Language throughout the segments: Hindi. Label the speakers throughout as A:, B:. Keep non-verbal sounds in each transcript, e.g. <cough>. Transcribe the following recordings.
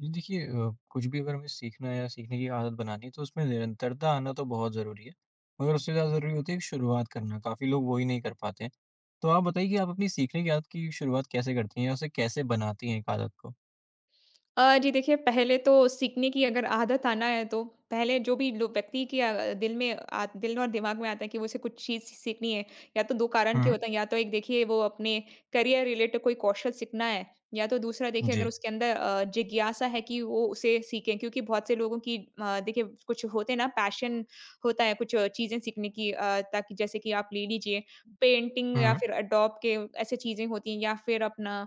A: जी, देखिए कुछ भी अगर हमें सीखना है या सीखने की आदत बनानी है तो उसमें निरंतरता आना तो बहुत ज़रूरी है, मगर उससे ज़्यादा ज़रूरी होती है कि शुरुआत करना, काफ़ी लोग वो ही नहीं कर पाते हैं। तो आप बताइए कि आप अपनी सीखने की आदत की शुरुआत कैसे करती हैं या उसे कैसे बनाती हैं एक आदत को?
B: जी देखिए, पहले तो सीखने की अगर आदत आना है तो पहले जो भी लो व्यक्ति के दिल में आ दिल और दिमाग में आता है कि वो उसे कुछ चीज़ सीखनी है, या तो 2 कारण के
A: हुँ।
B: होते हैं। या तो एक देखिए वो अपने करियर रिलेटेड कोई कौशल सीखना है, या तो दूसरा देखिए अगर
A: जी।
B: उसके अंदर जिज्ञासा है कि वो उसे सीखें, क्योंकि बहुत से लोगों की देखिए कुछ होते हैं ना, पैशन होता है कुछ चीज़ें सीखने की। ताकि जैसे कि आप ले लीजिए पेंटिंग या
A: हुँ,
B: फिर एडोब के, ऐसी चीज़ें होती हैं, या फिर अपना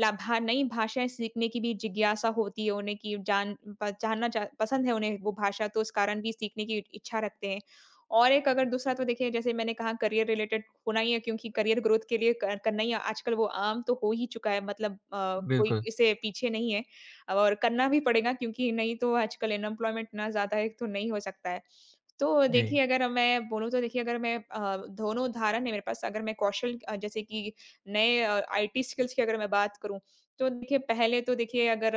B: ला भा नई भाषाएँ सीखने की भी जिज्ञासा होती है उन्हें कि जानना चा पसंद है उन्हें वो भाषा, तो उस कारण भी सीखने की इच्छा रखते हैं। और एक अगर दूसरा तो देखिए जैसे मैंने कहा, करियर रिलेटेड होना ही है, क्योंकि करियर ग्रोथ के लिए क करना ही आजकल वो आम तो हो ही चुका है, मतलब कोई
A: बिल्कुल।
B: इससे पीछे नहीं है और करना भी पड़ेगा, क्योंकि नहीं तो आजकल अनएम्प्लॉयमेंट इतना ज़्यादा है, तो नहीं हो सकता है। तो
A: जी।
B: देखिए अगर मैं बोलूँ, तो देखिए अगर मैं दोनों उदाहरण है मेरे पास। अगर मैं कौशल जैसे कि नए आईटी स्किल्स की अगर मैं बात करूँ, तो देखिए पहले तो देखिए अगर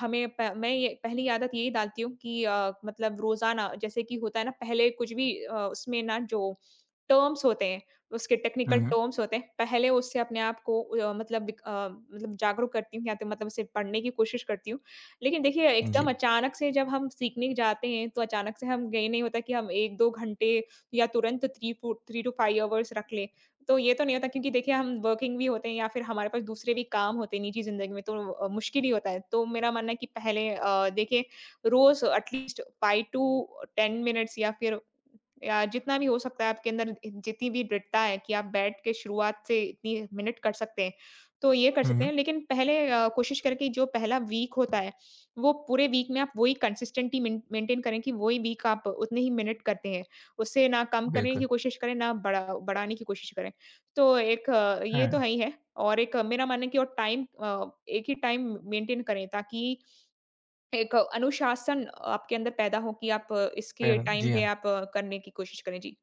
B: हमें प मैं ये पहली आदत यही डालती हूँ कि मतलब रोज़ाना जैसे कि होता है ना, पहले कुछ भी उसमें ना जो टर्म्स होते हैं, उसके
A: हुँ,
B: टेक्निकल
A: हुँ।
B: टर्म्स होते हैं, पहले उससे अपने आप को मतलब मतलब जागरूक करती हूँ, या तो मतलब उसे पढ़ने की कोशिश करती हूँ। लेकिन देखिए,
A: जी।
B: एकदम अचानक से जब हम सीखने जाते हैं, तो अचानक से हम ये नहीं होता कि हम 1-2 घंटे या तुरंत 3 टू 5 अवर्स रख लें। तो ये तो नहीं होता, क्योंकि देखिए हम वर्किंग भी होते हैं या फिर हमारे पास दूसरे भी काम होते हैं निजी ज़िंदगी में, तो मुश्किल ही होता है। तो मेरा मानना है कि पहले देखिए रोज़ एटलीस्ट 5 टू 10 मिनट्स या फिर जितना भी हो सकता है, आपके अंदर इ जितनी भी दृढ़ता है कि आप बैठ के शुरुआत से इतनी मिनट कर सकते हैं, तो ये कर
A: हुँ,
B: सकते हैं।
A: हुँ।
B: लेकिन पहले कोशिश करें कि जो पहला वीक होता है, वो पूरे वीक में आप वही कंसिस्टेंटी मेन मेंटेन करें कि वही वीक आप उतने ही मिनट करते हैं। उससे ना कम करने की
A: बिल्कुल।
B: कोशिश करें, ना बढ़ाने की कोशिश करें। तो एक ये तो
A: हाँ।
B: है ही है। और एक मेरा मानना है कि और टाइम एक ही टाइम मेंटेन करें, ताकि एक अनुशासन आपके अंदर पैदा हो कि आप इसके
A: पहला
B: टाइम
A: जी
B: पे
A: हाँ।
B: आप करने की कोशिश करें। जी।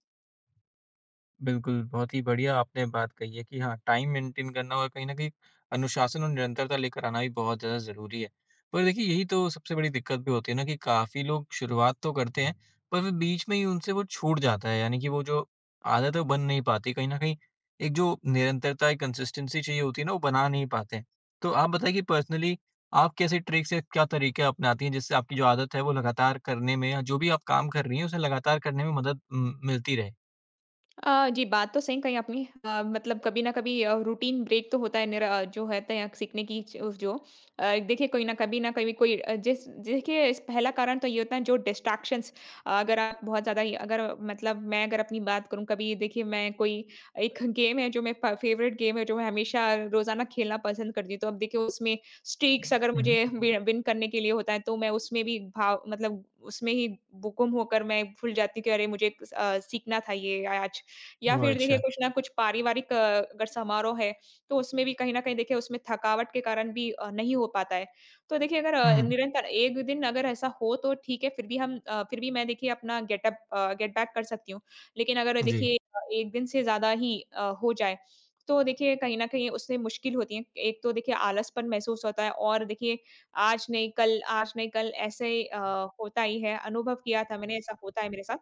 A: बिल्कुल, बहुत ही बढ़िया आपने बात कही है कि हाँ, टाइम मेंटेन करना और कहीं न कहीं अनुशासन और निरंतरता लेकर आना भी बहुत ज़्यादा ज़रूरी है। पर देखिए, यही तो सबसे बड़ी दिक्कत भी होती है ना कि काफ़ी लोग शुरुआत तो करते हैं, पर फिर बीच में ही उनसे वो छूट जाता है, यानी कि वो जो आदत है, वो बन नहीं पाती। कहीं न कहीं एक जो निरंतरता, एक कंसिस्टेंसी चाहिए होती है ना, वो बना नहीं पाते हैं। तो आप बताइए कि पर्सनली आप कैसे ट्रिक्स या क्या तरीके अपनाती हैं, जिससे आपकी जो आदत है, वो लगातार करने में या जो भी आप काम कर रही हैं, उसे लगातार करने में मदद मिलती रहे?
B: जी, बात तो सही कही आपने। मतलब कभी न कभी रूटीन ब्रेक तो होता है, निरा जो होता है तय सीखने की च उस जो अ, देखिए कोई न कभी न कभी कोई अ, जिस देखिए इस पहला कारण तो ये होता है जो डिस्ट्रैक्शंस, अगर आप बहुत ज़्यादा ही अगर मतलब मैं अगर अपनी बात करूँ, कभी देखिए मैं कोई एक गेम है, जो मैं फ फेवरेट गेम है जो मैं हमेशा रोज़ाना खेलना पसंद करती हूँ। तो अब देखिए उसमें स्ट्रीक्स अगर मुझे <laughs> वि विन करने के लिए होता है, तो मैं उसमें भी भाव मतलब उसमें ही बु गुम होकर मैं भूल जाती हूँ कि अरे, मुझे सीखना था ये आज। या
A: ओह!
B: फिर देखिए
A: अच्छा।
B: कुछ ना कुछ पारिवारिक अगर समारोह है, तो उसमें भी कहीं न कहीं देखिए उसमें थकावट के कारण भी नहीं हो पाता है। तो देखिए अगर
A: हुँ,
B: निरंतर एक दिन अगर ऐसा हो तो ठीक है, फिर भी मैं देखिए अपना गेट बैक कर सकती हूँ। लेकिन अगर
A: जी।
B: देखिए 1 दिन से ज़्यादा ही हो जाए, तो देखिए कहीं न कहीं उससे मुश्किल होती है। एक तो देखिए आलसपन महसूस होता है और देखिए आज नहीं कल ऐसे होता ही है, अनुभव किया था मैंने, ऐसा होता है मेरे साथ।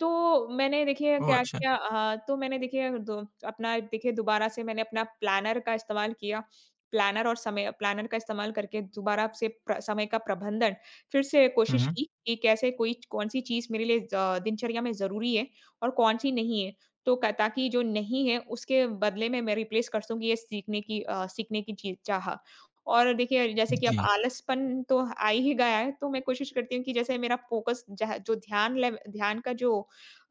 B: तो मैंने देखिए
A: ओह!
B: क्या
A: अच्छा।
B: किया तो मैंने देखिए दो अपना देखिए दोबारा से मैंने अपना प्लानर का इस्तेमाल किया। प्लानर और समय प्लानर का इस्तेमाल करके दोबारा से प्र समय का प्रबंधन फिर से
A: हुँ,
B: कोशिश
A: हुँ।
B: की कि कैसे कोई कौन-सी चीज़ मेरे लिए ज़ दिनचर्या में ज़रूरी है और कौन-सी नहीं है। तो क ताकि जो नहीं है उसके बदले में मैं रिप्लेस कर सकूँ ये सीखने की चीज़ चाह। और देखिए जैसे कि अब
A: जी,
B: आलसपन तो आ ही गया है, तो मैं कोशिश करती हूँ कि जैसे मेरा फ़ोकस जह जो ध्यान लेव ध्यान का जो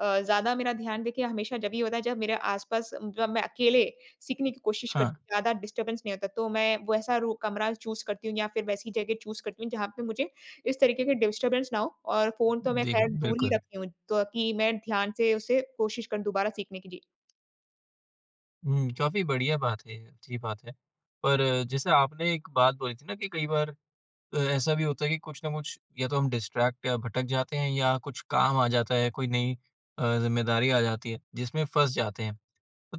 B: ज़्यादा मेरा ध्यान देखिए, हमेशा जब ये होता है, जब मेरे आसपास जब मैं अकेले सीखने की कोशिश करती
A: हाँ,
B: हूँ, ज़्यादा डिस्टर्बेंस नहीं होता, तो मैं वैसा रू कमरा चूज़ करती हूँ या फिर वैसी जगह चूज़ करती हूँ जहाँ पे मुझे इस तरीके के डिस्टर्बेंस ना हो, और फ़ोन तो मैं
A: देख
B: खैर दूर ही
A: बिल्कुल।
B: रखती हूँ, ताकि मैं ध्यान से उसे कोशिश करूँ दोबारा सीखने की। जी।
A: हुँ, काफ़ी बढ़िया बात है ये, अच्छी बात है। पर जैसे आपने एक बात बोली थी ना कि कई बार ऐसा भी होता है कि कुछ ना कुछ या तो हम डिस्ट्रैक्ट या भटक जाते हैं या कुछ काम आ जाता है, कोई नई ज़िम्मेदारी आ जाती है, जिसमें फँस जाते हैं।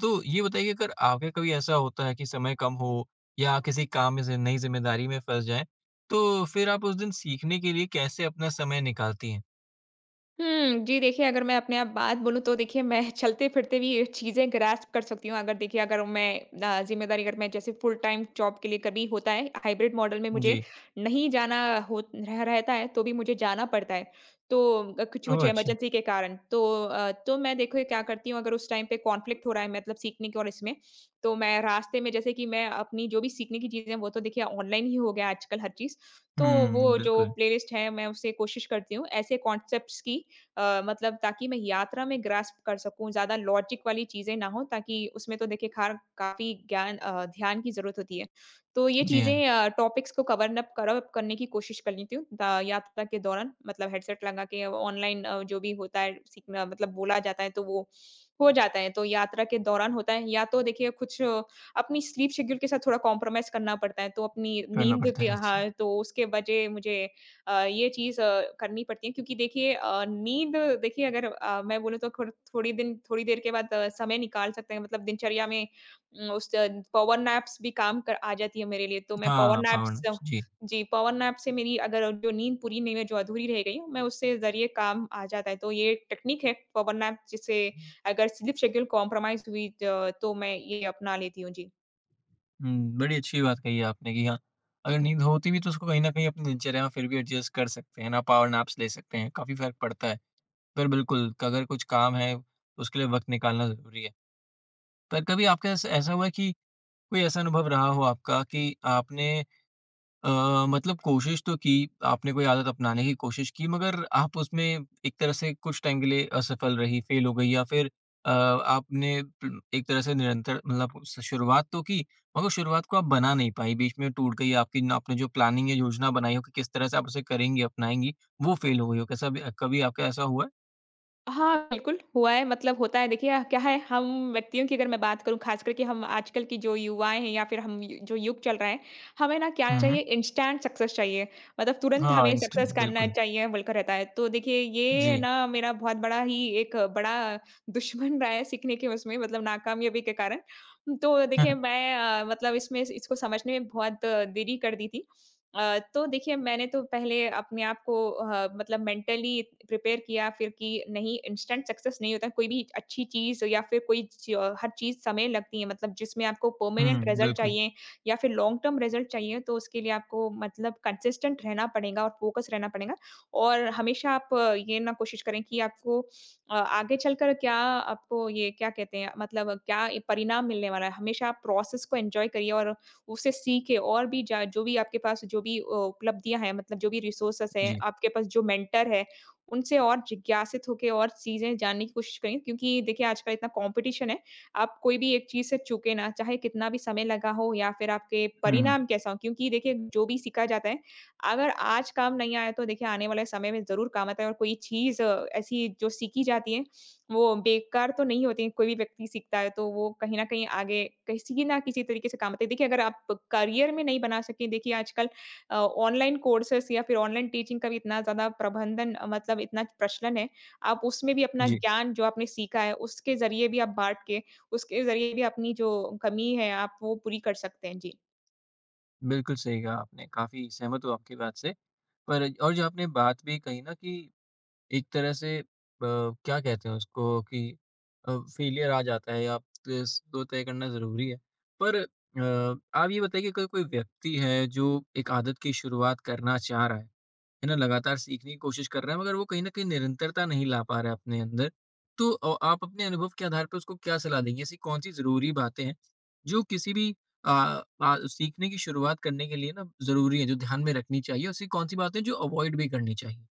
A: तो ये बताइए अगर आगे कभी ऐसा होता है कि समय कम हो या किसी काम में ज़ि नई ज़िम्मेदारी में फँस जाएँ, तो फिर आप उस दिन सीखने के लिए कैसे अपना समय निकालती हैं?
B: हुँ, जी देखिए, अगर मैं अपने आप बात बोलूँ, तो देखिए मैं चलते-फिरते भी ये चीज़ें ग्रास्प कर सकती हूँ। अगर देखिए अगर मैं ज़िम्मेदारी अगर मैं जैसे फुल टाइम जॉब के लिए, कभी होता है हाइब्रिड मॉडल में मुझे
A: जी।
B: नहीं जाना हो रह रहता है, तो भी मुझे जाना पड़ता है। तो कुछ-कुछ
A: ओह! अच्छा।
B: इमरजेंसी के कारण तो तो मैं देखो क्या करती हूँ, अगर उस टाइम पे कॉन्फ्लिक्ट हो रहा है मतलब सीखने के और इसमें, तो मैं रास्ते में जैसे कि मैं अपनी जो भी सीखने की चीज़ें हैं, वो तो देखिए ऑनलाइन ही हो गया आजकल हर चीज़। तो वो
A: हुँ,
B: जो
A: बिल्कुल।
B: प्लेलिस्ट है, मैं उससे कोशिश करती हूँ ऐसे कॉन्सेप्ट्स की मतलब ताकि मैं यात्रा में ग्रास्प कर सकूँ, ज़्यादा लॉजिक वाली चीज़ें ना हो, ताकि उसमें तो देखिए खार काफ़ी ध्यान की ज़रूरत होती है। तो ये
A: जी हाँ,
B: चीज़ें टॉपिक्स को कवर अप करने की कोशिश कर लेती हूँ दा यात्रा के दौरान, मतलब हेडसेट लगा के ऑनलाइन जो भी होता है सीखना, मतलब बोला जाता है तो वो हो जाता है। तो यात्रा के दौरान होता है, या तो देखिए कुछ अपनी स्लीप शेड्यूल के साथ थोड़ा कॉम्प्रोमाइज़ करना पड़ता है, तो अपनी
A: करना
B: नींद
A: पड़ता
B: के,
A: है, अच्छा।
B: हाँ, तो उसके बजाय मुझे ये चीज़ करनी पड़ती है, क्योंकि देखिए नींद देखिए अगर मैं बोलूँ तो थोड़ी दिन थोड़ी देर के बाद समय निकाल सकते हैं मतलब दिनचर्या में। उस पावर नैप्स भी काम कर आ जाती है मेरे लिए, तो मैं पावर
A: हाँ, पावर
B: नैप्स,
A: नैप्स, जी।
B: जी, पावर नैप से मेरी अगर जो नींद पूरी नहीं हुई, जो अधूरी रह गई, मैं उससे ज़रिए काम आ जाता है। तो ये एक टेक्निक है पावर नैप, जिससे अगर स्लीप शेड्यूल कॉम्प्रोमाइज़ हुई तो मैं ये अपना लेती हूँ। जी।
A: हुँ, बड़ी अच्छी बात कही है आपने कि हाँ, अगर नींद होती भी है, तो उसको कहीं न कहीं अपनी दिनचर्या में फिर भी एडजस्ट कर सकते हैं ना, पावर नैप्स ले सकते हैं, काफ़ी फ़र्क पड़ता है। पर बिल्कुल, अगर कुछ काम है, उसके लिए वक़्त निकालना ज़रूरी है। पर कभी आपके साथ ऐसा हुआ है कि कोई ऐसा अनुभव रहा हो आपका कि आपने मतलब कोशिश तो की, आपने कोई आदत अपनाने की कोशिश की मगर आप उसमें एक तरह से कुछ टाइम के लिए असफल रही, फेल हो गई या फिर आपने प्र एक तरह से निरंतर मतलब स शुरुआत तो की, मगर शुरुआत को आप बना नहीं पाई, बीच में टूट गई आपकी न आपने जो प्लानिंग या योजना बनाई हो कि किस तरह से आप उसे करेंगी, अपनाएँगी, वो फेल हो गई हो। कैसा भी कभी आपका ऐसा हुआ है?
B: हाँ, बिल्कुल, हुआ है, मतलब होता है देखिए क्या है, हम व्यक्तियों की अगर मैं बात करूँ, ख़ास करके हम आजकल की जो युवाएँ हैं या फिर हम य जो युग चल रहा है, हमें ना क्या
A: हुँ, हुँ।
B: चाहिए, इंस्टेंट सक्सेस चाहिए। मतलब तुरंत
A: हाँ,
B: हमें
A: इंस्टेंट
B: सक्सेस करना
A: बिल्कुल,
B: चाहिए बोलकर रहता है। तो देखिए ये
A: जी।
B: ना मेरा बहुत बड़ा ही एक बड़ा दुश्मन रहा है सीखने के उसमें, मतलब नाकामयाबी के कारण। तो देखिए
A: <laughs>
B: मैं मतलब इसमें इसको समझने में बहुत देरी कर दी थी। तो देखिए मैंने तो पहले अपने आप को मतलब मेंटली प्रिपेयर किया फिर कि नहीं, इंस्टेंट सक्सेस नहीं होता है। कोई भी अच्छी चीज़ या फिर कोई च हर चीज़ समय लगती है, मतलब जिसमें आपको परमानेंट
A: हुँ,
B: रिज़ल्ट
A: बिल्कुल,
B: चाहिए या फिर लॉन्ग टर्म रिज़ल्ट चाहिए, तो उसके लिए आपको मतलब कंसिस्टेंट रहना पड़ेगा और फ़ोकस रहना पड़ेगा। और हमेशा आप ये ना कोशिश करें कि आपको आगे चलकर क्या, आपको ये क्या कहते हैं मतलब क्या ये परिणाम मिलने वाला है, हमेशा आप प्रोसेस को एन्जॉय करिए। और उससे सीख के और भी जा जो भी आपके पास, जो भी उपलब्धियाँ हैं मतलब जो भी रिसोर्सेस हैं,
A: जी।
B: आपके पास जो मेंटर है, उनसे और जिज्ञासित होके और चीज़ें जानने की कोशिश करें, क्योंकि देखिए आजकल इतना कॉम्पिटिशन है, आप कोई भी एक चीज़ से चूकें ना, चाहे कितना भी समय लगा हो या फिर आपके
A: हुँ, हुँ।
B: परिणाम कैसा हो, क्योंकि देखिए जो भी सीखा जाता है, अगर आज काम नहीं आया, तो देखिए आने वाले समय में ज़रूर काम आता है। और कोई चीज़ ऐसी जो सीखी जाती है, वो बेकार तो नहीं होती हैं, कोई भी व्यक्ति सीखता है तो वो कहीं न कहीं आगे किसी ना किसी तरीके से काम आते हैं। देखिए अगर आप करियर में नहीं बना सकें, देखिए आजकल ऑनलाइन कोर्सेज़ या फिर ऑनलाइन टीचिंग का भी इतना ज़्यादा मतलब इतना प्रचलन है, आप उसमें भी अपना
A: जी,
B: ज्ञान जो आपने सीखा है, उसके ज़रिए भी आप बाँट के, उसके ज़रिए भी अपनी जो कमी है, आप वो पूरी कर सकते हैं। जी।
A: बिल्कुल सही कहा आपने, काफ़ी सहमत हूँ आपकी बात से। पर और जो आपने बात भी कही ना कि एक तरह से क्या कहते हैं उसको कि फेलियर आ जाता है आप तो तय करना ज़रूरी है। पर आप ये बताइए कि अगर कोई व्यक्ति है जो एक आदत की शुरुआत करना चाह रहा है ना, लगातार सीखने की कोशिश कर रहा है मगर वो कहीं न कहीं निरंतरता नहीं ला पा रहा है अपने अंदर। तो आप अपने अनुभव के आधार पर उसको क्या सलाह देंगे? ऐसी कौन-सी ज़रूरी बातें हैं जो किसी भी अ सीखने की शुरुआत करने के लिए ना ज़रूरी है, जो ध्यान में रखनी चाहिए? और ऐसी कौन-सी बातें हैं जो अवॉइड भी करनी चाहिए?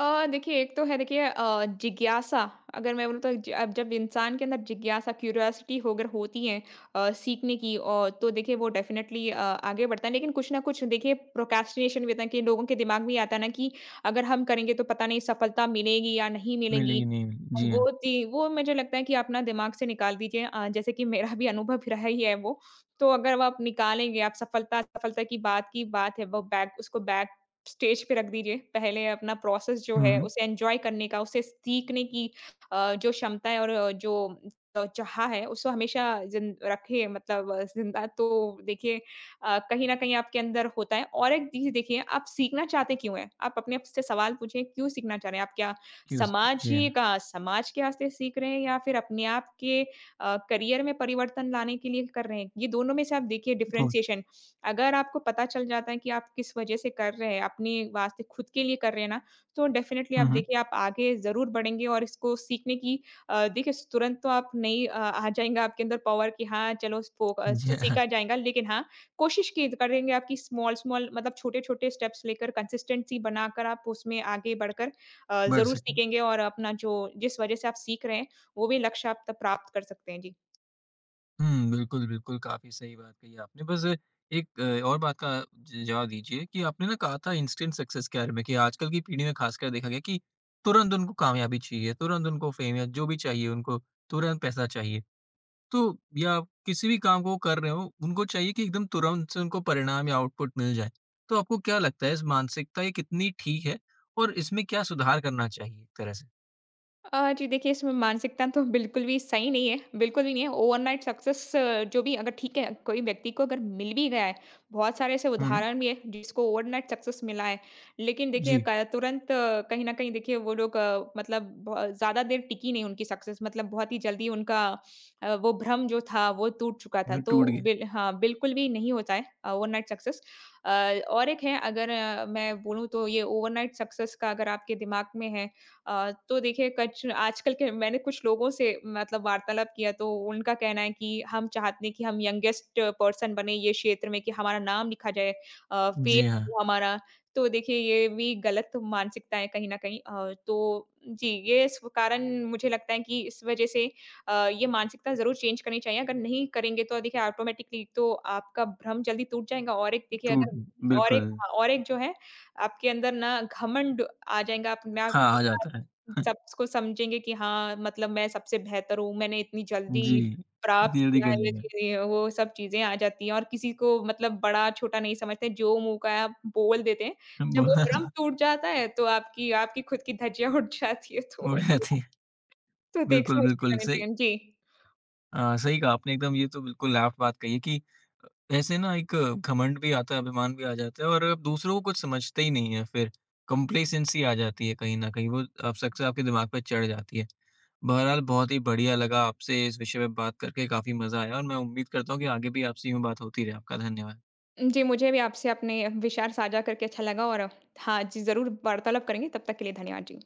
B: देखिए एक तो है देखिए जिज्ञासा अगर मैं बोलूँ तो अब जब इंसान के अंदर जिज्ञासा क्यूरियोसिटी अगर होती है सीखने की और तो देखिए वो डेफिनेटली आगे बढ़ता है लेकिन कुछ ना कुछ देखिए प्रोक्रेस्टिनेशन भी होता है कि लोगों के दिमाग में ये आता है ना कि अगर हम करेंगे तो पता नहीं सफलता मिलेगी या नहीं
A: मिली
B: मिलेगी।
A: ही नहीं मिली। जी हाँ।
B: वो थी वो मुझे लगता है कि अपना दिमाग से निकाल दीजिए, जैसे कि मेरा भी अनुभव रहा ही है वो। तो अगर वो आप निकालेंगे, आप सफलता सफलता की बात है, वो बैक उसको बैक स्टेज पे रख दीजिए। पहले अपना प्रोसेस जो
A: हुँ,
B: है
A: हुँ।
B: उसे एन्जॉय करने का, उसे सीखने की जो क्षमता है और जो चाह है उसको हमेशा जिन रखिए मतलब ज़िंदा तो देखिए कहीं न कहीं आपके अंदर होता है। और एक चीज़ देखिए आप सीखना चाहते क्यों हैं? आप अपने आप से सवाल पूछिए क्यों सीखना चाह रहे हैं? आप क्या समाज
A: जी
B: ही
A: हाँ।
B: का समाज के वास्ते सीख रहे हैं या फिर अपने आप के करियर में परिवर्तन लाने के लिए कर रहे हैं? ये दोनों में से आप देखिए
A: बहुत।
B: डिफरेंशिएशन अगर आपको पता चल जाता है कि आप किस वजह से कर रहे हैं, अपने वास्ते खुद के लिए कर रहे हैं ना, तो डेफ़िनिटली आप
A: हुँ, हुँ।
B: देखिए आप आगे ज़रूर बढ़ेंगे और इसको सीखने की। देखिए स तुरंत तो आप नहीं आ जाएगा आपके अंदर पावर कि हाँ, चलो स्पो अ,
A: जी
B: स
A: हाँ,
B: सीखा जाएगा लेकिन हाँ, कोशिश की करेंगे आपकी स्मॉल-स्मॉल मतलब छोटे-छोटे स्टेप्स लेकर कंसिस्टेंसी बनाकर आप उसमें आगे बढ़कर
A: बढ़
B: ज़रूर
A: सके।
B: सीखेंगे और अपना जो जिस वजह से आप सीख रहे हैं, वो भी लक्ष्य आप तब प्राप्त कर सकते हैं। जी।
A: हुँ, बिल्कुल, बिल्कुल, काफ़ी सही बात कही आपने। बस एक और बात का ज जवाब दीजिए कि आपने ना कहा था इंस्टेंट सक्सेस के बारे में कि आजकल की पीढ़ी में खासकर देखा गया कि तुरंत उनको कामयाबी चाहिए, तुरंत उनको फेम या जो भी चाहिए उनको, तुरंत पैसा चाहिए। तो या किसी भी काम को वो कर रहे हों, उनको चाहिए कि एकदम तुरंत से उनको परिणाम या आउटपुट मिल जाए। तो आपको क्या लगता है इस मानसिकता ये कितनी ठीक है और इसमें क्या सुधार करना चाहिए एक तरह से?
B: जी देखिए, इसमें मानसिकता तो बिल्कुल भी सही नहीं है, बिल्कुल भी नहीं है। ओवरनाइट सक्सेस जो भी अगर ठीक है, कोई व्यक्ति को अगर मिल भी गया है, बहुत सारे ऐसे
A: हुँ, हुँ।
B: उदाहरण भी है जिसको ओवरनाइट सक्सेस मिला है। लेकिन देखिए
A: जी,
B: क तुरंत कहीं न कहीं देखिए वो लोग मतलब ब ज़्यादा देर टिकी नहीं उनकी सक्सेस, मतलब बहुत ही जल्दी उनका वो भ्रम जो था वो टूट चुका था।
A: वो
B: तो
A: टूट गया।
B: बिल हाँ, बिल्कुल भी नहीं होता है ओवरनाइट सक्सेस। अ, और एक है अगर मैं बोलूँ तो ये ओवरनाइट सक्सेस का अगर आपके दिमाग में है, तो देखिए कच आजकल के मैंने कुछ लोगों से मतलब वार्तालाप किया तो उनका कहना है कि हम चाहते हैं कि हम यंगेस्ट पर्सन बने ये क्षेत्र में कि हमारा नाम लिखा जाए, फेम
A: जी हाँ,
B: हो हमारा। तो देखिए ये भी गलत मानसिकता है कहीं न कहीं, तो जी, ये इस कारण मुझे लगता है कि इस वजह से ये मानसिकता ज़रूर चेंज करनी चाहिए। अगर नहीं करेंगे तो देखिए ऑटोमैटिकली तो आपका भ्रम जल्दी टूट जाएगा और एक देखिए
A: टूट
B: अगर और एक
A: बिल्कुल।
B: हाँ, और एक जो है आपके अंदर ना घमंड आ जाएगा, आप मैं
A: हाँ,
B: आपको
A: आ जाता है।
B: ना
A: <laughs>
B: सबको समझेंगे कि हाँ, मतलब मैं सबसे बेहतर हूँ, मैंने इतनी
A: जी,
B: जल्दी प्राप्त
A: इतनी जल्दी
B: किया
A: कर
B: है ये
A: लिया।
B: चीज़ें, वो सब चीज़ें आ जाती हैं और किसी को मतलब बड़ा-छोटा नहीं समझते, जो मुँह का है आप बोल देते हैं। जब वो भ्रम
A: <laughs>
B: टूट जाता है, तो आपकी आपकी खुद की धज्जियाँ उड़ जाती है, तो
A: वो हो
B: जी,
A: जाती है।
B: तो
A: <laughs> बिल्कुल,
B: देख-समझ के
A: बिल्कुल
B: करना
A: सही
B: चाहिए। जी।
A: सही कहा आपने एकदम ये तो बिल्कुल आप बात कही है कि अ, ऐसे ना एक घमंड भी आता है, अभिमान भी आ जाता है और आप दूसरों को कुछ समझते ही नहीं है फिर, कम्प्लेसेंसी आ जाती है कहीं न कहीं, वो आप सक्सेस आपके दिमाग पे चढ़ जाती है। बहरहाल बहुत ही बढ़िया लगा आपसे इस विषय पे बात करके, काफ़ी मज़ा आया और मैं उम्मीद करता हूँ कि आगे भी आपसे यूँ बात होती रहे। आपका धन्यवाद।
B: जी, मुझे भी आपसे अपने विचार साझा करके अच्छा लगा और हाँ जी, ज़रूर वार्तालाप करेंगे, तब तक के लिए धन्यवाद जी।